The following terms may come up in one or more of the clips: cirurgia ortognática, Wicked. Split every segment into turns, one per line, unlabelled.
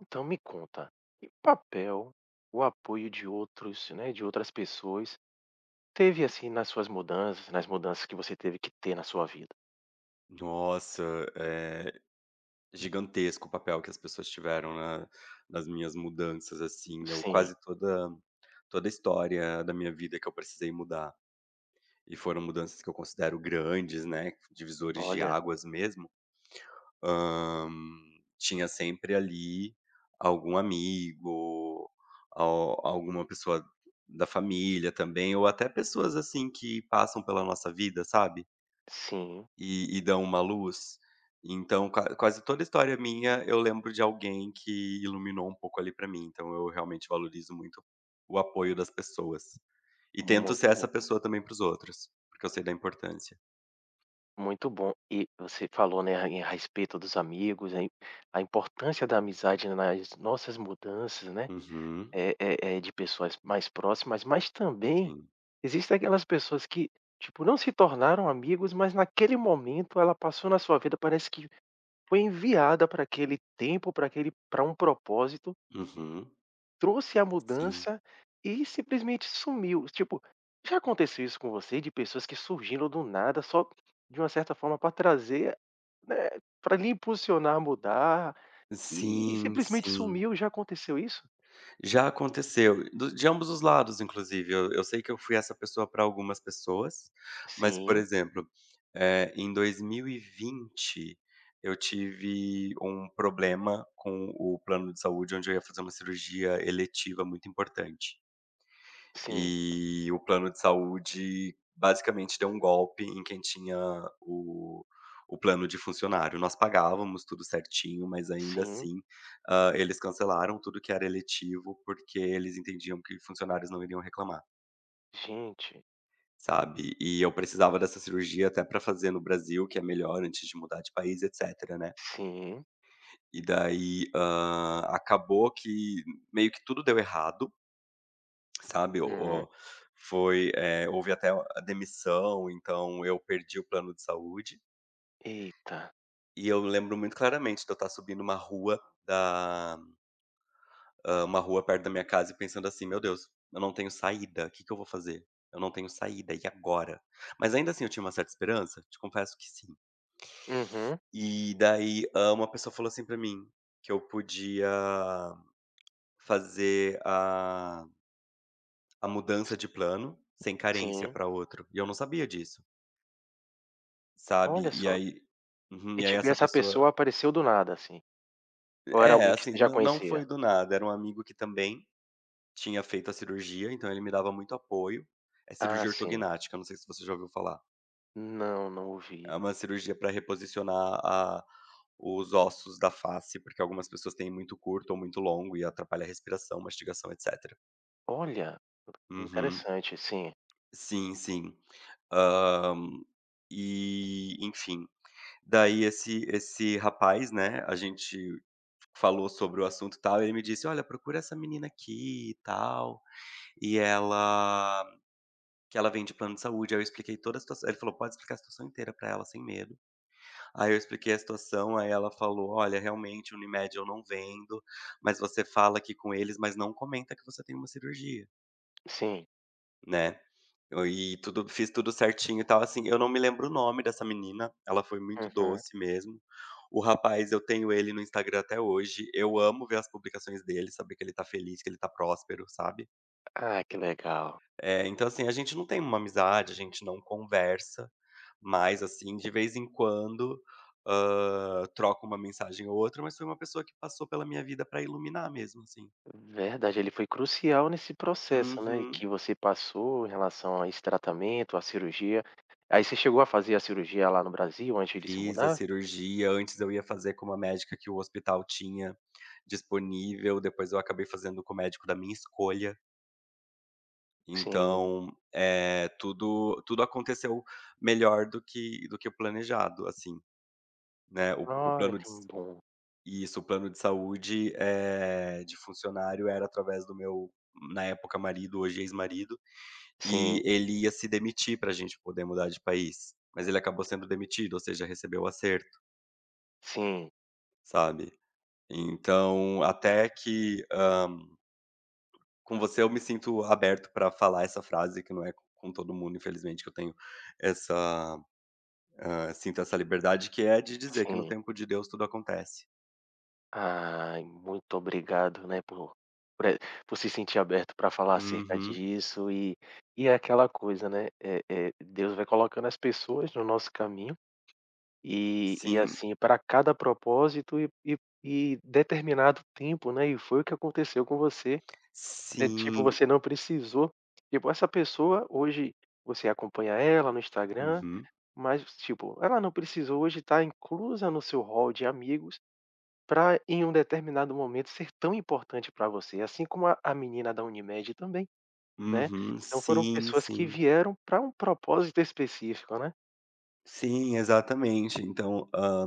Então me conta, que papel o apoio de outros, né, de outras pessoas teve, assim, nas suas mudanças, nas mudanças que você teve que ter na sua vida?
Nossa, é gigantesco o papel que as pessoas tiveram na nas minhas mudanças, assim, eu
Sim,
quase toda toda a história da minha vida que eu precisei mudar, e foram mudanças que eu considero grandes, né, divisores de
olha,
águas mesmo. hã, Tinha sempre ali algum amigo, al alguma pessoa da família também, ou até pessoas, assim, que passam pela nossa vida, sabe?
sim,
E dão uma luz. Então quase toda história minha eu lembro de alguém que iluminou um pouco ali pra mim, então eu realmente valorizo muito o apoio das pessoas. E tento ser
muito
essa
bom,
pessoa também para os outros, porque eu sei da importância.
muito bom. E você falou, né, a respeito dos amigos, a importância da amizade nas nossas mudanças, né,
Uhum,
de pessoas mais próximas, mas também
sim.
existem aquelas pessoas que, tipo, não se tornaram amigos, mas naquele momento ela passou na sua vida, parece que foi enviada para aquele tempo, para um propósito,
Uhum,
trouxe a
sim.
mudança e simplesmente sumiu. Tipo, já aconteceu isso com você de pessoas que surgiram do nada só de uma certa forma para trazer, né, para lhe impulsionar a mudar e
Sim,
simplesmente
sim.
sumiu, já aconteceu isso?
Já aconteceu, do de ambos os lados inclusive, eu sei que eu fui essa pessoa para algumas pessoas, mas, por
Sim,
exemplo, em 2020 eu tive um problema com o plano de saúde, onde eu ia fazer uma cirurgia eletiva muito importante.
sim,
E o plano de saúde basicamente deu um golpe em quem tinha o o plano de funcionário. Nós pagávamos tudo certinho, mas ainda
sim.
assim, eles cancelaram tudo que era eletivo, porque eles entendiam que funcionários não iriam reclamar,
Gente,
sabe. E eu precisava dessa cirurgia até para fazer no Brasil, que é melhor antes de mudar de país, etcétera, né.
sim.
E daí, acabou que meio que tudo deu errado, sabe.
Uhum.
Houve até a demissão, então eu perdi o plano de saúde,
Eita.
e eu lembro muito claramente de eu estar subindo uma rua da uma rua perto da minha casa e pensando assim: "Meu Deus, eu não tenho saída, o que que eu vou fazer? Eu não tenho saída, e agora?". Mas ainda assim eu tinha uma certa esperança, te confesso que sim.
Uhum.
E daí, uma pessoa falou assim pra mim que eu podia fazer a mudança de plano sem carência
Sim.
para outro, e eu não sabia disso. Sabe.
Olha
E
só.
aí, uhum,
E
e aí
tipo,
essa
essa
pessoa
pessoa apareceu do nada, assim, ou era
é,
alguém que você
assim,
já
não
conhecia?
foi do nada, era um amigo que também tinha feito a cirurgia, então ele me dava muito apoio. É
Ah,
cirurgia
sim.
ortognática, não sei se você já ouviu falar.
Não, não ouvi.
É uma cirurgia para reposicionar a os ossos da face, porque algumas pessoas têm muito curto ou muito longo e atrapalha a respiração, mastigação, etcétera.
Olha,
Uhum.
interessante, sim,
Sim, sim. Hã, e, enfim, daí esse rapaz, né, a gente falou sobre o assunto e tal, ele me disse: "Olha, procura essa menina aqui e tal, e ela que ela vem de plano de saúde". Aí eu expliquei toda a situação, ele falou: "Pode explicar a situação inteira pra ela sem medo". Aí eu expliquei a situação, aí ela falou: "Olha, realmente Unimed eu não vendo, mas você fala aqui com eles, mas não comenta que você tem uma cirurgia,
sim.
né". Eu e tudo fiz tudo certinho e tal, assim, eu não me lembro o nome dessa menina, ela foi muito
Uhum.
doce mesmo. O rapaz, eu tenho ele no Instagram até hoje, eu amo ver as publicações dele, saber que ele tá feliz, que ele tá próspero, sabe.
Ah, que legal.
Então, assim, a gente não tem uma amizade, a gente não conversa, mas assim, de vez em quando, troca uma mensagem ou outra, mas foi uma pessoa que passou pela minha vida pra iluminar mesmo, assim.
Verdade, ele foi crucial nesse processo, né, que
Uhum.
você passou em relação a esse tratamento, a cirurgia. Aí você chegou a fazer a cirurgia lá no Brasil antes de se
Fiz a
mudar?
cirurgia, antes eu ia fazer com uma médica que o hospital tinha disponível, depois eu acabei fazendo com o médico da minha escolha.
Sim.
Então, tudo aconteceu melhor do que o planejado, assim, né.
Olha, que bom.
O plano de saúde, de funcionário era através do meu, na época, marido, hoje ex-marido, e
Sim,
ele ia se demitir para a gente poder mudar de país, mas ele acabou sendo demitido, ou seja, recebeu o acerto,
sim,
sabe. Então, até que, com você eu me sinto aberto para falar essa frase, que não é com todo mundo, infelizmente, que eu tenho essa sinto essa liberdade, que é de dizer que no
sim.
tempo de Deus tudo acontece.
Ai, muito obrigado, né, por por e por se sentir aberto para falar acerca
Uhum.
disso e é aquela coisa, né, Deus vai colocando as pessoas no nosso caminho, e
Sim.
assim, para cada propósito e e determinado tempo, né, e foi o que aconteceu com você, né, tipo,
Sim.
você não precisou tipo, essa pessoa hoje você acompanha ela no Instagram,
Uhum.
mas, tipo, ela não precisou hoje estar inclusa no seu hall de amigos para em um determinado momento ser tão importante para você, assim como a menina da Unimed também, né.
Uhum.
Então foram
Sim,
pessoas que
sim.
vieram para um propósito específico, né.
Sim, exatamente. Então,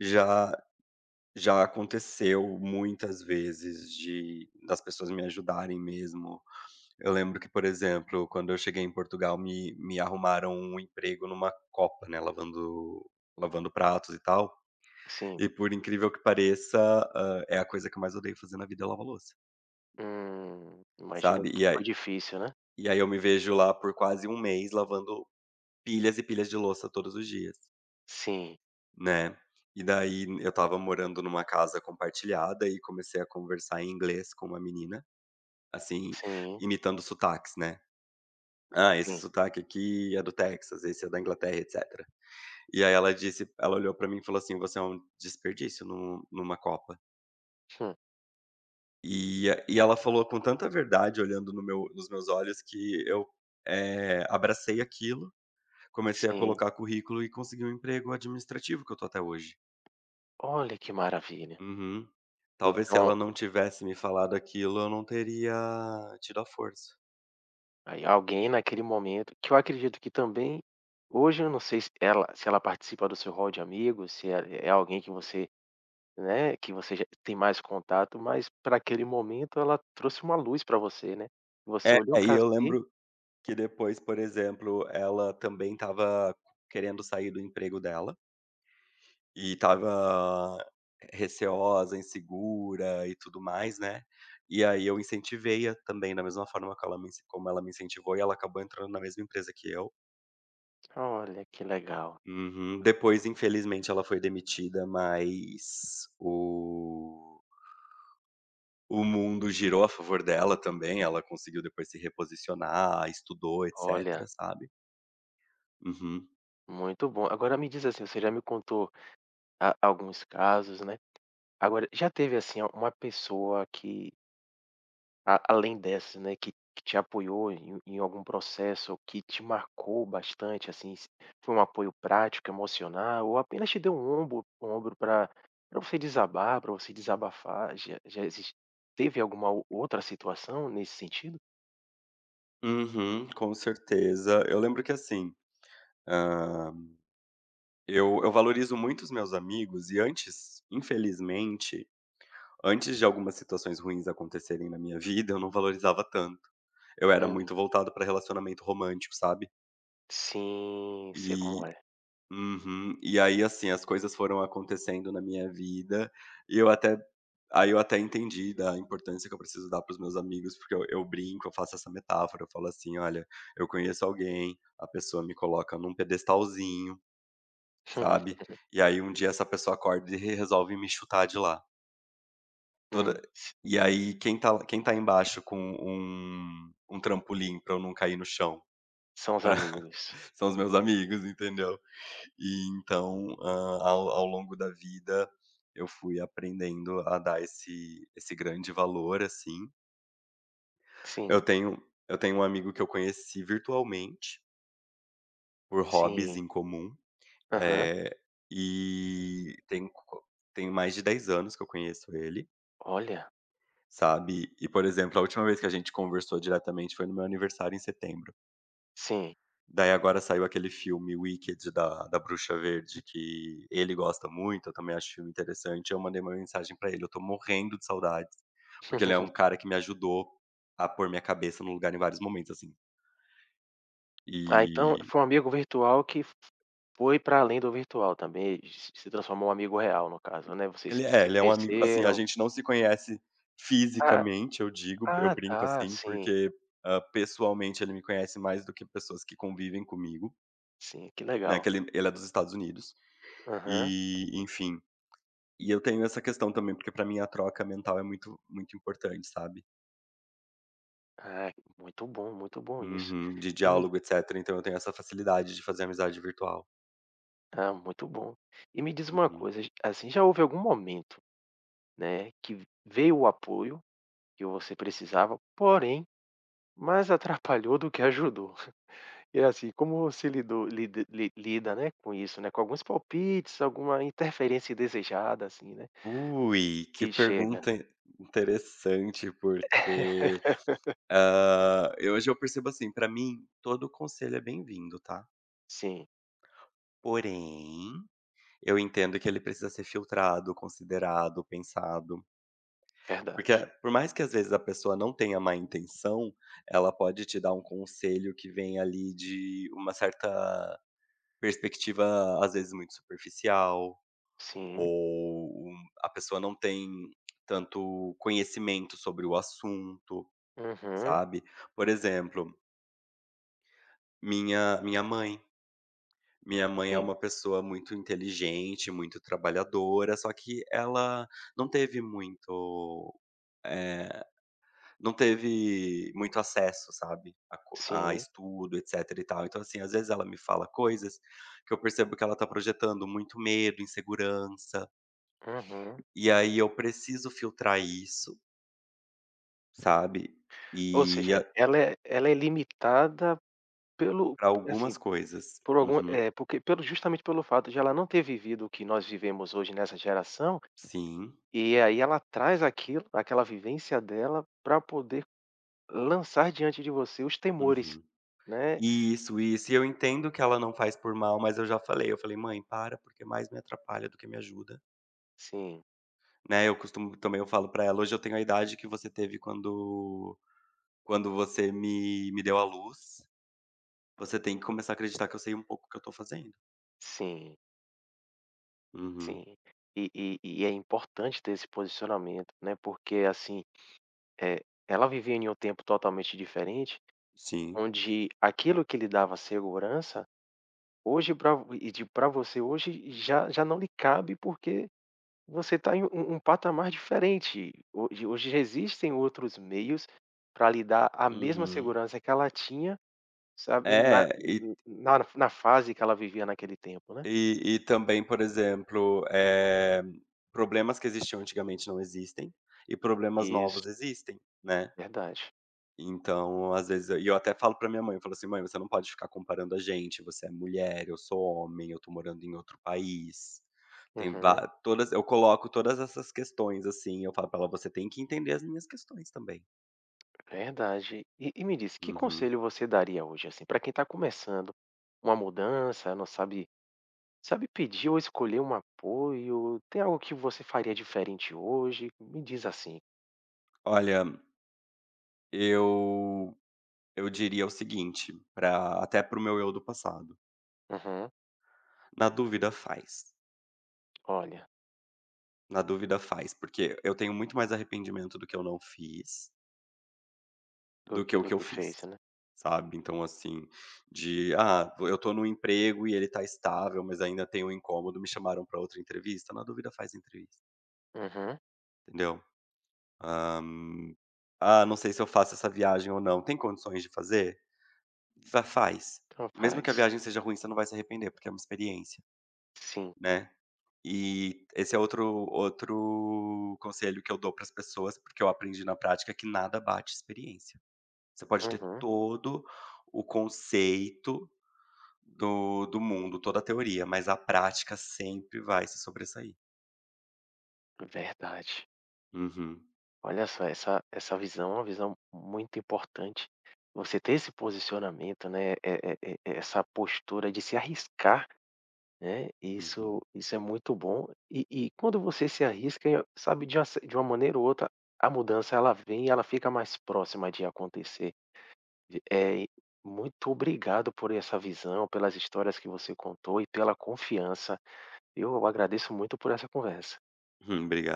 já já aconteceu muitas vezes de das pessoas me ajudarem mesmo. Eu lembro que, por exemplo, quando eu cheguei em Portugal, me arrumaram um emprego numa copa, né, lavando pratos e tal.
Sim,
E por incrível que pareça, é a coisa que eu mais odeio fazer na vida é lavar louça,
imagino
sabe.
que
E
foi
aí
difícil, né.
e aí eu me vejo lá por quase um mês lavando pilhas e pilhas de louça todos os dias,
Sim,
né. E daí eu estava morando numa casa compartilhada e comecei a conversar em inglês com uma menina, assim,
sim,
imitando sotaques, né. "Ah, esse
sim,
sotaque aqui é do Texas, esse é da Inglaterra", etc. E aí ela olhou pra mim e falou assim: "Você é um desperdício numa Copa".
hum,
E ela falou com tanta verdade olhando no meu nos meus olhos que eu, abracei aquilo, comecei a
sim.
colocar currículo e consegui um emprego administrativo que eu tô até hoje.
Olha que maravilha.
Uhum. Talvez se
Então,
ela não tivesse me falado aquilo, eu não teria tido a força.
aí alguém naquele momento que eu acredito que também hoje eu não sei se ela participa do seu rol de amigos, se é alguém que você Né, que você já tem mais contato, mas para aquele momento ela trouxe uma luz para você, né. Você
É,
olhou
é, e
para
eu
si
lembro que depois, por exemplo, ela também estava querendo sair do emprego dela e estava receosa, insegura e tudo mais, né. E aí eu incentivei a também da mesma forma que ela me incentivou e ela acabou entrando na mesma empresa que eu.
olha que legal,
Uhum. Depois infelizmente ela foi demitida, mas o mundo girou a favor dela também, ela conseguiu depois se reposicionar, estudou,
olha,
etcétera, sabe. Uhum.
muito bom. Agora me diz assim, você já me contou a alguns casos, né. Agora já teve assim, uma pessoa que A além dessas, né, que te apoiou em algum processo que te marcou bastante, assim, se foi um apoio prático, emocional ou apenas te deu um ombro para pra você desabar, para você desabafar, já já exis teve alguma o outra situação nesse sentido?
Uhum, com certeza. Eu lembro que assim, ah, eu valorizo muito os meus amigos e antes, infelizmente, antes de algumas situações ruins acontecerem na minha vida, eu não valorizava tanto. Eu era
Hum,
muito voltado para relacionamento romântico, sabe.
sim, sei como
E
é.
uhum. E aí, assim, as coisas foram acontecendo na minha vida e eu até aí eu até entendi da importância que eu preciso dar para os meus amigos, porque eu brinco, eu faço essa metáfora, eu falo assim: "Olha, eu conheço alguém, a pessoa me coloca num pedestalzinho, sabe. E aí um dia essa pessoa acorda e re resolve me chutar de lá. Toda
S
E aí quem tá embaixo com um trampolim pra eu não cair no chão,
são os
pra
amigos.
são os meus amigos, entendeu. E então, ao longo da vida, eu fui aprendendo a dar esse grande valor, assim. Eu
Sim,
tenho eu tenho um amigo que eu conheci virtualmente, por hobbies
sim.
em comum,
Aham.
eh, e tem co tem mais de 10 anos que eu conheço ele.
Olha,
Sabe, e por exemplo, a última vez que a gente conversou diretamente foi no meu aniversário em setembro.
sim.
Daí agora saiu aquele filme Wicked da Bruxa Verde que ele gosta muito, eu também acho filme interessante, eu mandei uma mensagem pra ele, eu tô morrendo de saudades, porque ele é um cara que me ajudou a pôr minha cabeça no lugar em vários momentos, assim.
Ah, então
E
foi um amigo virtual que f foi para além do virtual também, e se transformou um amigo real no caso, né, vocês se
ele é um amigo assim, a
conheceram.
gente não se conhece
Ah
fisicamente, eu digo, eu
ah,
brinco
tá,
assim,
sim,
porque, pessoalmente ele me conhece mais do que pessoas que convivem comigo.
sim, que
Né,
legal.
que ele é dos Estados Unidos,
Aham.
e enfim. E eu tenho essa questão também, porque pra mim a troca mental é muito muito importante, sabe.
Ah, muito bom isso.
Uhum. De
E me
diálogo, etcétera, então eu tenho essa facilidade de fazer amizade virtual.
ah, muito bom. E me diz uma
Uhum.
coisa, assim, já houve algum momento, né, que veio o apoio que você precisava, porém, mais atrapalhou do que ajudou? E assim, como você lidou lida li lida, né, com isso, né, com alguns palpites, alguma interferência indesejada, assim, né,
Ui, que
que chega.
pergunta interessante, porque, eu percebo assim, pra mim todo conselho é bem-vindo, tá.
Sim,
Porém, eu entendo que ele precisa ser filtrado, considerado, pensado. Porque
verdade.
por mais que às vezes a pessoa não tenha má intenção, ela pode te dar um conselho que vem ali de uma certa perspectiva, às vezes, muito superficial,
Sim.
ou a pessoa não tem tanto conhecimento sobre o assunto,
Uhum.
sabe. Por exemplo, minha mãe. Minha mãe é
Sim,
uma pessoa muito inteligente, muito trabalhadora, só que ela não teve muito, eh não teve muito acesso, sabe, a
sim.
estudo, etc e tal. Então, assim, às vezes ela me fala coisas que eu percebo que ela tá projetando muito medo, insegurança,
Uhum.
e aí eu preciso filtrar isso, sabe,
Ou
e
seja,
a
ela é limitada pelo
pra
assim,
algumas coisas.
por algum
Uhum.
é porque pelo justamente pelo fato de ela não ter vivido o que nós vivemos hoje nessa geração,
Sim.
e aí ela traz aquilo aquela vivência dela para poder lançar diante de você os temores,
Uhum.
né.
Isso, isso. E eu entendo que ela não faz por mal, mas eu já falei, eu falei: "Mãe, para, porque mais me atrapalha do que me ajuda",
Sim.
né. Eu costumo também eu falo pra ela: "Hoje eu tenho a idade que você teve quando você me deu a luz, você tem que começar a acreditar que eu sei um pouco o que eu tô fazendo.
Sim,
Uhum,
sim. E é importante ter esse posicionamento, né, porque, assim, eh, ela vivia em um tempo totalmente diferente,
sim.
onde aquilo que lhe dava segurança, hoje pra e de pra você hoje já não lhe cabe, porque você está em um patamar diferente. Hoje já existem outros meios para lhe dar a mesma
Uhum.
segurança que ela tinha, sabe,
É, e
na na fase que ela vivia naquele tempo, né.
e e também, por exemplo, problemas que existiam antigamente não existem, e problemas
Isso,
novos existem, né.
verdade.
Então, às vezes e eu até falo pra minha mãe, eu falo assim: "Mãe, você não pode ficar comparando a gente, você é mulher, eu sou homem, eu tô morando em outro país". Tem
Uhum.
va todas eu coloco todas essas questões, assim, eu falo pra ela: "Você tem que entender as minhas questões também".
Verdade. E me diz, que
Uhum.
conselho você daria hoje, assim, para quem está começando uma mudança, não sabe sabe pedir ou escolher um apoio? Tem algo que você faria diferente hoje? Me diz assim.
Olha, eu eu diria o seguinte, para até para o meu eu do passado:
Uhum.
"Na dúvida faz,
Olha,
na dúvida faz", porque eu tenho muito mais arrependimento do que eu não fiz do que o
do
que eu
que
fiz,
fez, né.
sabe. Então assim, de: "Ah, eu tô no emprego e ele tá estável, mas ainda tem um incômodo, me chamaram pra outra entrevista, na dúvida faz entrevista",
Uhum.
entendeu. Hã, "Ah, não sei se eu faço essa viagem ou não, tem condições de fazer? Fa faz. Mesmo que a
Capaz.
viagem seja ruim, você não vai se arrepender, porque é uma experiência",
Sim.
né. E esse é outro conselho que eu dou para as pessoas, porque eu aprendi na prática que nada bate experiência. Você pode ter
Uhum.
todo o conceito do do mundo, toda a teoria, mas a prática sempre vai se sobressair.
Verdade.
Uhum,
Olha só, essa visão é uma visão muito importante. Você ter esse posicionamento, né, essa postura de se arriscar Né,
uhum.
isso é muito bom. E quando você se arrisca, sabe, de uma maneira ou outra, a mudança ela vem e ela fica mais próxima de acontecer. E, É eh, muito obrigado por essa visão, pelas histórias que você contou e pela confiança. Eu agradeço muito por essa conversa.
Obrigado.